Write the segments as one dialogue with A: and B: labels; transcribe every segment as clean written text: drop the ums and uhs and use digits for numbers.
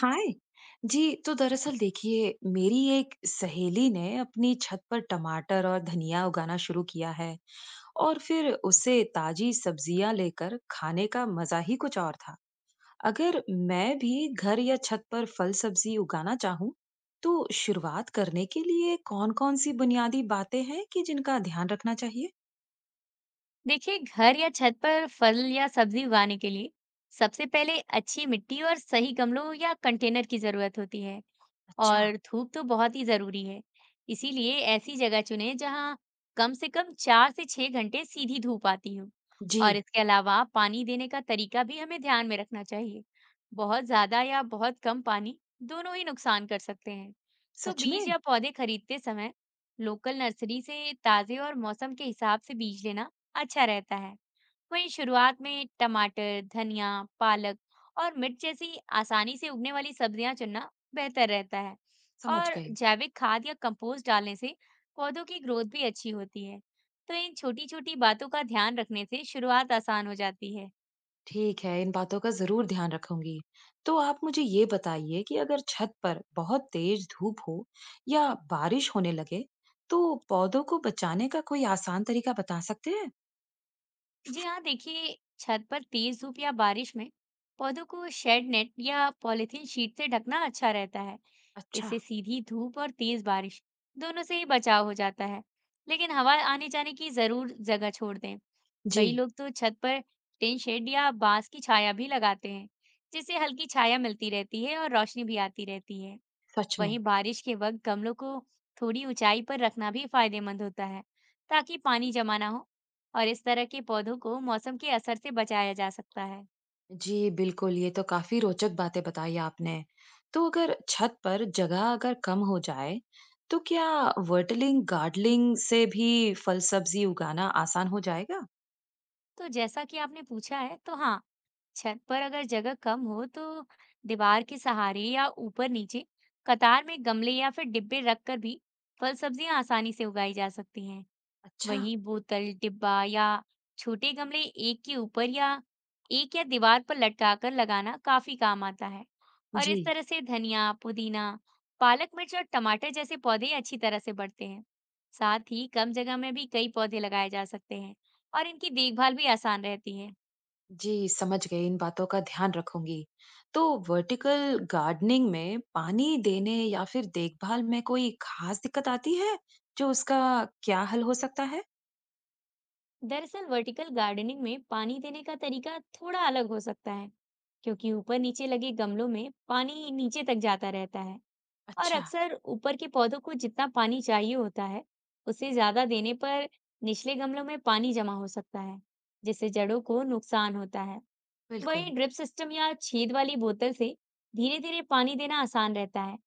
A: हाय। जी, तो दरअसल देखिए, मेरी एक सहेली ने अपनी छत पर टमाटर और धनिया उगाना शुरू किया है और फिर उसे ताजी सब्जियां लेकर खाने का मजा ही कुछ और था। अगर मैं भी घर या छत पर फल सब्जी उगाना चाहूं, तो शुरुआत करने के लिए कौन-कौन सी बुनियादी बातें हैं कि जिनका ध्यान रखना चाहिए।
B: देखिए, घर या छत पर फल या सब्जी उगाने के लिए सबसे पहले अच्छी मिट्टी और सही गमलों या कंटेनर की जरूरत होती है।
A: अच्छा।
B: और धूप तो बहुत ही ज़रूरी है। इसीलिए ऐसी जगह चुनें जहाँ कम से कम 4 से 6 घंटे सीधी धूप आती हो।
A: जी।
B: और इसके अलावा पानी देने का तरीका भी हमें ध्यान में रखना चाहिए। बहुत ज़्यादा या बहुत कम पानी, दोनों ही नुकसान कर सकते हैं। तो
A: सच
B: बीज
A: में।
B: या पौधे खरीदते समय लोकल नर्सरी से ताज़े और मौसम के हिसाब से बीज लेना अच्छा रहता है। वहीं शुरुआत में टमाटर, धनिया, पालक और मिर्च जैसी आसानी से उगने वाली सब्जियां चुनना बेहतर रहता है।
A: समझ
B: और
A: गई।
B: जैविक खाद या कंपोस्ट डालने से पौधों की ग्रोथ भी अच्छी होती है। तो इन छोटी छोटी बातों का ध्यान रखने से शुरुआत आसान हो जाती है।
A: ठीक है, इन बातों का ज़रूर ध्यान रखूंगी। तो आप मुझे ये बताइए कि अगर छत पर बहुत तेज धूप हो या बारिश होने लगे, तो पौधों को बचाने का कोई आसान तरीका बता सकते हैं?
B: जी हाँ, देखिए छत पर तेज धूप या बारिश में पौधों को शेड नेट या पॉलीथीन शीट से ढकना अच्छा रहता है।
A: अच्छा।
B: इससे सीधी धूप और तेज बारिश, दोनों से ही बचाव हो जाता है। लेकिन हवा आने जाने की जरूर जगह छोड़ दें। कई
A: जी,
B: लोग तो छत पर टिन शेड या बांस की छाया भी लगाते हैं, जिससे हल्की छाया मिलती रहती है और रोशनी भी आती रहती है।
A: सच में।
B: वहीं बारिश के वक्त गमलों को थोड़ी ऊंचाई पर रखना भी फायदेमंद होता है, ताकि पानी जमा ना हो। और इस तरह के पौधों को मौसम के असर से बचाया जा सकता है।
A: जी, बिल्कुल, ये तो काफी रोचक बातें बताई आपने। तो अगर छत पर जगह अगर कम हो जाए, तो क्या वर्टलिंग गार्डनिंग से भी फल सब्जी उगाना आसान हो जाएगा?
B: तो जैसा कि आपने पूछा है, तो हाँ, छत पर अगर जगह कम हो तो दीवार के सहारे या ऊपर नीचे कतार में गमले या फिर डिब्बे रखकर भी फल सब्जियां आसानी से उगाई जा सकती हैं।
A: अच्छा।
B: वहीं बोतल, डिब्बा या छोटे गमले एक के ऊपर या एक या दीवार पर लटकाकर लगाना काफी काम आता है। और
A: जी।
B: इस तरह से धनिया, पुदीना, पालक, मिर्च और टमाटर जैसे पौधे अच्छी तरह से बढ़ते हैं। साथ ही कम जगह में भी कई पौधे लगाए जा सकते हैं और इनकी देखभाल भी आसान रहती है।
A: जी, समझ गई, इन बातों का ध्यान रखूंगी। तो वर्टिकल गार्डनिंग में पानी देने या फिर देखभाल में कोई खास दिक्कत आती है, जो उसका क्या हल हो सकता है?
B: दरअसल वर्टिकल गार्डनिंग में पानी देने का तरीका थोड़ा अलग हो सकता है, क्योंकि ऊपर नीचे लगे गमलों में पानी नीचे तक जाता रहता है। और
A: अच्छा।
B: अक्सर ऊपर के पौधों को जितना पानी चाहिए होता है, उससे ज्यादा देने पर निचले गमलों में पानी जमा हो सकता है, जिससे जड़ों को नुकसान होता है।
A: बिल्कुल।
B: वहीं ड्रिप सिस्टम या छेद वाली बोतल से धीरे-धीरे पानी देना आसान रहता है।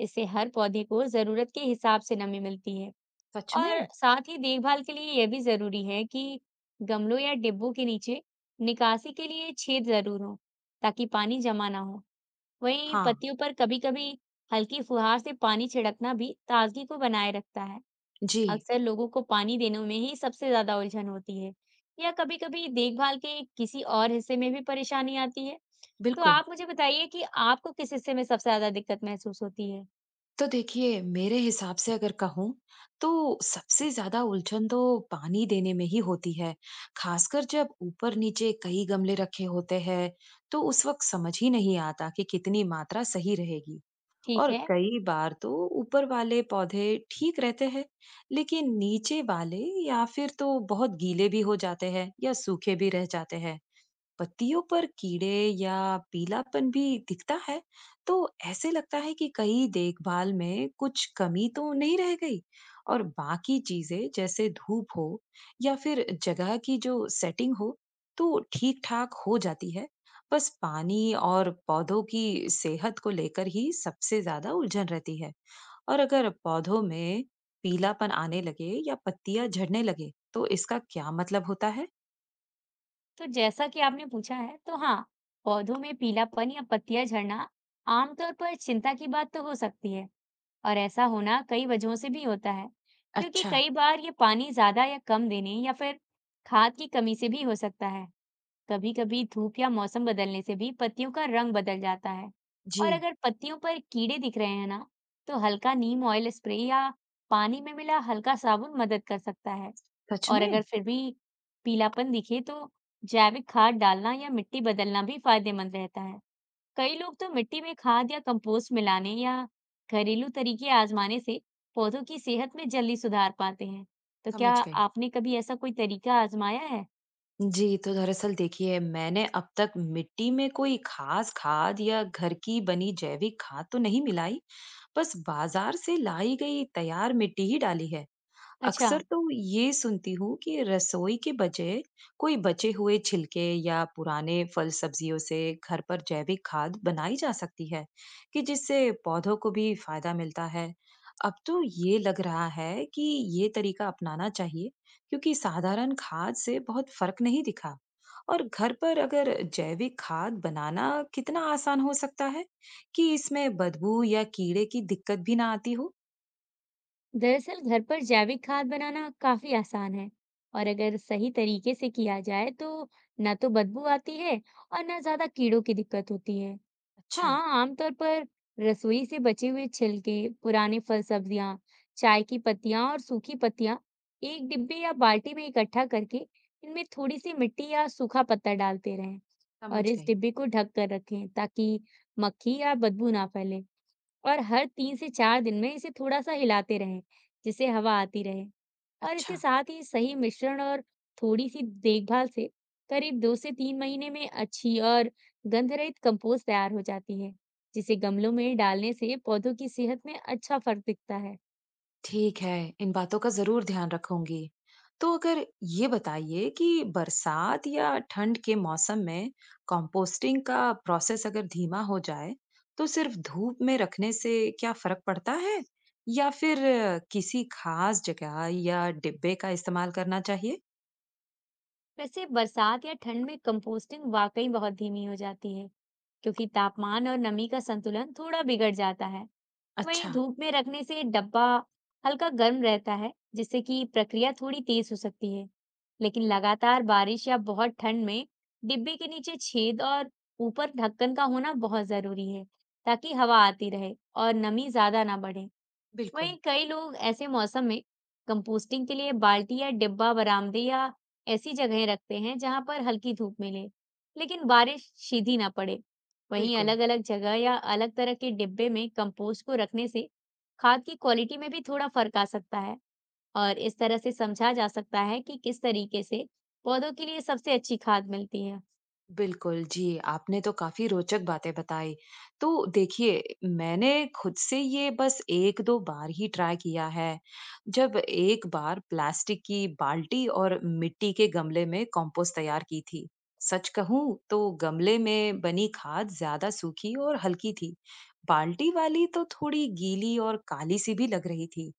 B: इससे हर पौधे को जरूरत के हिसाब से नमी मिलती है।
A: सच
B: और
A: में?
B: साथ ही देखभाल के लिए यह भी जरूरी है कि गमलों या डिब्बों के नीचे निकासी के लिए छेद जरूर हो, ताकि पानी जमा ना हो। वहीं
A: हाँ।
B: पत्तियों पर कभी-कभी हल्की फुहार से पानी छिड़कना भी ताजगी को बनाए रखता है।
A: जी,
B: अक्सर लोगों को पानी देने में ही सबसे ज्यादा उलझन होती है या कभी-कभी देखभाल के किसी और हिस्से में भी परेशानी आती है। तो
A: बिल्कुल।
B: आप मुझे बताइए कि आपको किस हिस्से में सबसे ज्यादा दिक्कत महसूस होती है?
A: तो देखिए, मेरे हिसाब से अगर कहूँ, तो सबसे ज़्यादा उलझन तो पानी देने में ही होती है, खासकर जब ऊपर-नीचे कई गमले रखे होते हैं, तो उस वक़्त समझ ही नहीं आता कि कितनी मात्रा सही रहेगी।
B: ठीक
A: और
B: है,
A: कई बार तो ऊपर वाले पौधे ठीक रहते हैं, लेकिन नीचे वाले या फिर तो बहुत गीले भी हो जाते हैं या सूखे भी रह जाते हैं। पत्तियों पर कीड़े या पीलापन भी दिखता है, तो ऐसे लगता है कि कहीं देखभाल में कुछ कमी तो नहीं रह गई। और बाकी चीजें जैसे धूप हो या फिर जगह की जो सेटिंग हो, तो ठीक-ठाक हो जाती है। बस पानी और पौधों की सेहत को लेकर ही सबसे ज्यादा उलझन रहती है। और अगर पौधों में पीलापन आने लगे या पत्तियां झड़ने लगे, तो इसका क्या मतलब होता है?
B: तो जैसा कि आपने पूछा है, तो हाँ, पौधों में पीलापन या पत्तियां झड़ना आमतौर पर चिंता की बात तो हो सकती है। और ऐसा होना कई वजहों से भी होता है। क्योंकि
A: अच्छा।
B: कई बार ये पानी ज्यादा या कम देने या फिर खाद की कमी से भी हो सकता है। कभी कभी धूप या मौसम बदलने से भी पत्तियों का रंग बदल जाता है। और
A: जी,
B: अगर पत्तियों पर कीड़े दिख रहे हैं ना, तो हल्का नीम ऑयल स्प्रे या पानी में मिला हल्का साबुन मदद कर सकता है।
A: सच
B: और
A: में?
B: अगर फिर भी पीलापन दिखे तो जैविक खाद डालना या मिट्टी बदलना भी फायदेमंद रहता है। कई लोग तो मिट्टी में खाद या कंपोस्ट मिलाने या घरेलू तरीके आजमाने से पौधों की सेहत में जल्दी सुधार पाते हैं। तो क्या
A: समझ गई।
B: आपने कभी ऐसा कोई तरीका आजमाया है?
A: जी, तो दरअसल देखिए, मैंने अब तक मिट्टी में कोई खास खाद या घर की बनी जैविक खाद तो नहीं मिलाई, बस बाजार से लाई गई तैयार मिट्टी ही डाली है।
B: अच्छा।
A: अक्सर तो ये सुनती हूँ कि रसोई के बजाय कोई बचे हुए छिलके या पुराने फल सब्जियों से घर पर जैविक खाद बनाई जा सकती है कि जिससे पौधों को भी फायदा मिलता है। अब तो ये लग रहा है कि ये तरीका अपनाना चाहिए, क्योंकि साधारण खाद से बहुत फर्क नहीं दिखा। और घर पर अगर जैविक खाद बनाना कितना आसान हो सकता है कि इसमें बदबू या कीड़े की दिक्कत भी ना आती हो।
B: दरअसल घर पर जैविक खाद बनाना काफी आसान है, और अगर सही तरीके से किया जाए तो ना तो बदबू आती है और ना ज्यादा कीड़ों की दिक्कत होती है।
A: अच्छा।
B: हाँ, आमतौर पर रसोई से बचे हुए छिलके, पुराने फल सब्जियां, चाय की पत्तियां और सूखी पत्तियां एक डिब्बे या बाल्टी में इकट्ठा करके इनमें थोड़ी सी मिट्टी या सूखा पत्ता डालते रहें। और
A: समझ
B: इस
A: गई।
B: डिब्बे को ढक कर रखें, ताकि मक्खी या बदबू ना फैले। और हर 3 से 4 दिन में इसे थोड़ा-सा हिलाते रहें, जिससे हवा आती रहे। और इसके
A: अच्छा।
B: साथ ही सही मिश्रण और थोड़ी-सी देखभाल से करीब 2 से 3 महीने में अच्छी और गंधरहित कंपोस्ट तैयार हो जाती है, जिसे गमलों में डालने से पौधों की सेहत में अच्छा फर्क दिखता है।
A: ठीक है, इन बातों का जरूर ध्यान रखूंगी। तो अगर ये बताइए कि बरसात या ठंड के मौसम में कंपोस्टिंग का प्रोसेस अगर धीमा हो जाए, तो सिर्फ धूप में रखने से क्या फर्क पड़ता है, या फिर किसी खास जगह या डिब्बे का इस्तेमाल करना चाहिए।
B: वैसे बरसात या ठंड में कंपोस्टिंग वाकई बहुत धीमी हो जाती है, क्योंकि तापमान और नमी का संतुलन थोड़ा बिगड़ जाता है। वहीं
A: अच्छा।
B: धूप में रखने से डब्बा हल्का गर्म रहता है, जिससे कि प्रक्रिया थोड़ी तेज हो सकती है। लेकिन लगातार बारिश या बहुत ठंड में डिब्बे के नीचे छेद और ऊपर ढक्कन का होना बहुत जरूरी है, ताकि हवा आती रहे और नमी ज्यादा ना बढ़े।
A: बिल्कुल।
B: वहीं कई लोग ऐसे मौसम में कंपोस्टिंग के लिए बाल्टी या डिब्बा बरामदे या ऐसी जगहें रखते हैं जहां पर हल्की धूप मिले, लेकिन बारिश सीधी ना पड़े। वहीं
A: बिल्कुल।
B: अलग-अलग जगह या अलग तरह के डिब्बे में कंपोस्ट को रखने से खाद की क्वालिटी में भी थोड़ा फर्क आ सकता है। और इस तरह से समझा जा सकता है कि किस तरीके से पौधों के लिए सबसे अच्छी खाद मिलती है।
A: बिल्कुल, जी, आपने तो काफ़ी रोचक बातें बताई। तो देखिए, मैंने खुद से ये बस 1-2 बार ही ट्राई किया है। जब एक बार प्लास्टिक की बाल्टी और मिट्टी के गमले में कंपोस्ट तैयार की थी। सच कहूँ तो गमले में बनी खाद ज़्यादा सूखी और हल्की थी। बाल्टी वाली तो थोड़ी गीली और काली-सी भी लग रही थी।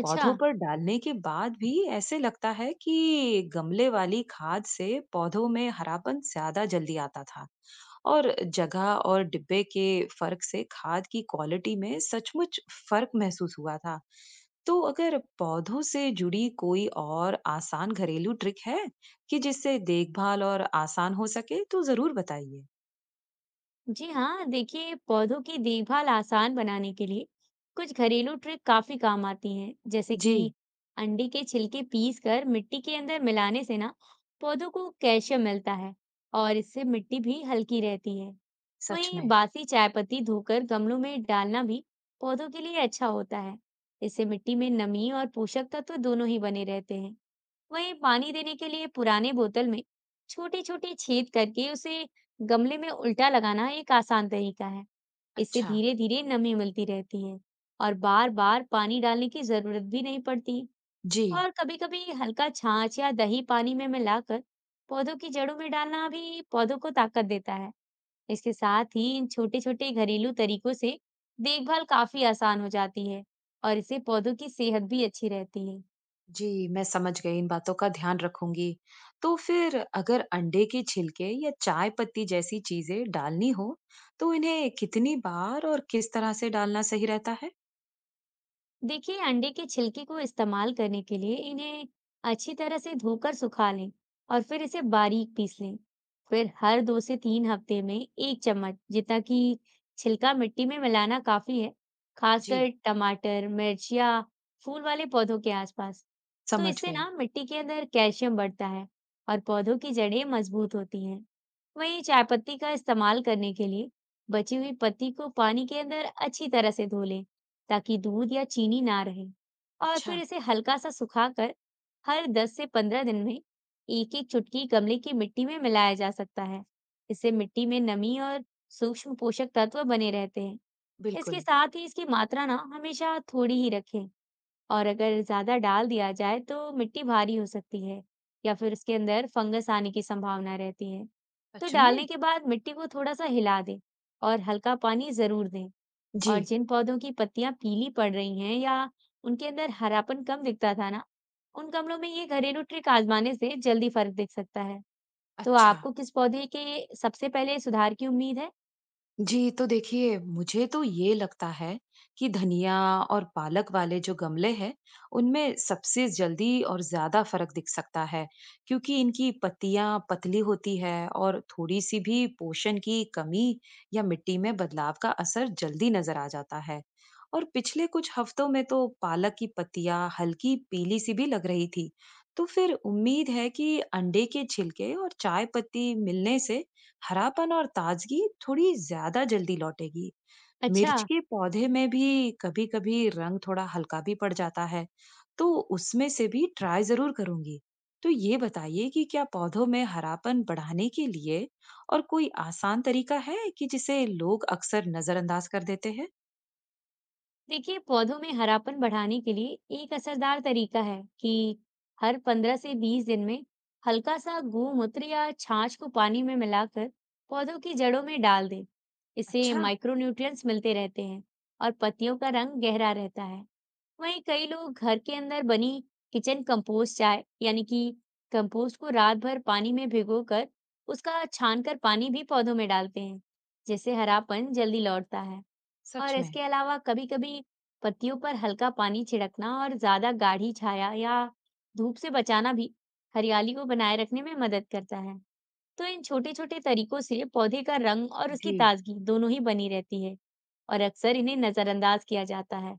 B: अच्छा।
A: पौधों पर डालने के बाद भी ऐसे लगता है कि गमले वाली खाद से पौधों में हरापन ज्यादा जल्दी आता था। और जगह और डिब्बे के फर्क से खाद की क्वालिटी में सचमुच फर्क महसूस हुआ था। तो अगर पौधों से जुड़ी कोई और आसान घरेलू ट्रिक है कि जिससे देखभाल और आसान हो सके, तो जरूर बताइए।
B: जी हाँ, देखिए पौधों की देखभाल आसान बनाने के लिए कुछ घरेलू ट्रिक काफी काम आती हैं, जैसे
A: जी।
B: कि अंडे के छिलके पीस कर मिट्टी के अंदर मिलाने से ना पौधों को कैल्शियम मिलता है और इससे मिट्टी भी हल्की रहती है।
A: सच
B: वहीं
A: में।
B: बासी चाय पत्ती धोकर गमलों में डालना भी पौधों के लिए अच्छा होता है। इससे मिट्टी में नमी और पोषक तत्व दोनों ही बने रहते हैं। वहीं पानी देने के लिए पुराने बोतल में छोटे छोटे छेद करके उसे गमले में उल्टा लगाना एक आसान तरीका है। इससे
A: अच्छा।
B: धीरे धीरे नमी मिलती रहती है और बार बार पानी डालने की जरूरत भी नहीं पड़ती।
A: जी।
B: और कभी कभी हल्का छाछ या दही पानी में मिलाकर पौधों की जड़ों में डालना भी पौधों को ताकत देता है। इसके साथ ही इन छोटे छोटे घरेलू तरीकों से देखभाल काफी आसान हो जाती है और इससे पौधों की सेहत भी अच्छी रहती है।
A: जी, मैं समझ गई, इन बातों का ध्यान रखूंगी। तो फिर अगर अंडे के छिलके या चाय पत्ती जैसी चीजें डालनी हो, तो इन्हें कितनी बार और किस तरह से डालना सही रहता है?
B: देखिए, अंडे के छिलके को इस्तेमाल करने के लिए इन्हें अच्छी तरह से धोकर सुखा लें और फिर इसे बारीक पीस लें। फिर हर 2 से 3 हफ्ते में एक चम्मच जितना कि छिलका मिट्टी में मिलाना काफी है,
A: जी,
B: खासकर टमाटर, मिर्च या फूल वाले पौधों के आसपास। तो
A: समझ
B: इससे
A: गई।
B: ना मिट्टी के अंदर कैल्शियम बढ़ता है और पौधों की जड़ें मजबूत होती हैं। वहीं चाय पत्ती का इस्तेमाल करने के लिए बची हुई पत्ती को पानी के अंदर अच्छी तरह से धो लें, ताकि दूध या चीनी ना रहे। और
A: अच्छा,
B: फिर इसे हल्का सा सुखाकर हर 10 से 15 दिन में एक-एक चुटकी गमले की मिट्टी में मिलाया जा सकता है। इससे मिट्टी में नमी और सूक्ष्म पोषक तत्व बने रहते हैं। इसके
A: बिल्कुल।
B: साथ ही इसकी मात्रा ना हमेशा थोड़ी ही रखें। और अगर ज्यादा डाल दिया जाए तो मिट्टी भारी हो सकती है या फिर उसके अंदर फंगस आने की संभावना रहती है। तो
A: सच
B: डालने
A: में?
B: के बाद मिट्टी को थोड़ा सा हिला दें और हल्का पानी जरूर दें। और
A: जी,
B: जिन पौधों की पत्तियां पीली पड़ रही हैं या उनके अंदर हरापन कम दिखता था ना, उन गमलों में ये घरेलू ट्रिक आजमाने से जल्दी फर्क दिख सकता है। तो
A: अच्छा।
B: आपको किस पौधे के सबसे पहले सुधार की उम्मीद है?
A: जी, तो देखिए, मुझे तो ये लगता है कि धनिया और पालक वाले जो गमले हैं, उनमें सबसे जल्दी और ज़्यादा फ़र्क दिख सकता है, क्योंकि इनकी पत्तियाँ पतली होती है और थोड़ी-सी भी पोषण की कमी या मिट्टी में बदलाव का असर जल्दी नज़र आ जाता है। और पिछले कुछ हफ्तों में तो पालक की पत्तियाँ हल्की पीली-सी भी लग रही थी। तो फिर उम्मीद है कि अंडे के छिलके और चाय पत्ती मिलने से हरापन और ताजगी थोड़ी ज्यादा जल्दी लौटेगी।
B: अच्छा।
A: मिर्च के पौधे में भी कभी-कभी रंग थोड़ा हल्का भी पड़ जाता है, तो उसमें से भी ट्राई जरूर करूंगी। तो ये बताइए कि क्या पौधों में हरापन बढ़ाने के लिए और कोई आसान तरीका है कि जिसे लोग अक्सर नजरअंदाज कर देते हैं?
B: देखिए, पौधों में हरापन बढ़ाने के लिए एक असरदार तरीका है कि हर 15 से 20 दिन में हल्का सा गोमूत्र या छाछ को पानी में मिलाकर पौधों की जड़ों में डाल दें। इससे
A: अच्छा,
B: माइक्रोन्यूट्रिएंट्स मिलते रहते हैं और पत्तियों का रंग गहरा रहता है। वहीं कई लोग घर के अंदर बनी किचन कंपोस्ट चाय, यानी कि कंपोस्ट को रात भर पानी में भिगोकर उसका छानकर पानी भी पौधों में डालते हैं, जिससे हरापन जल्दी लौटता है।
A: सच
B: और
A: में।
B: इसके अलावा कभी-कभी पत्तियों पर हल्का पानी छिड़कना और ज्यादा गाढ़ी छाया या धूप से बचाना भी हरियाली को बनाए रखने में मदद करता है। तो इन छोटे-छोटे तरीकों से पौधे का रंग और उसकी
A: जी,
B: ताजगी दोनों ही बनी रहती है और अक्सर इन्हें नजरअंदाज किया जाता है।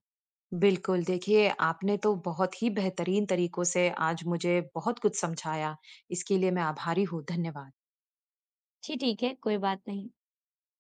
A: बिल्कुल। देखिए, आपने तो बहुत ही बेहतरीन तरीकों से आज मुझे बहुत कुछ समझाया। इसके लिए मैं आभारी हूँ, धन्यवाद।
B: जी ठीक है, कोई बात नहीं।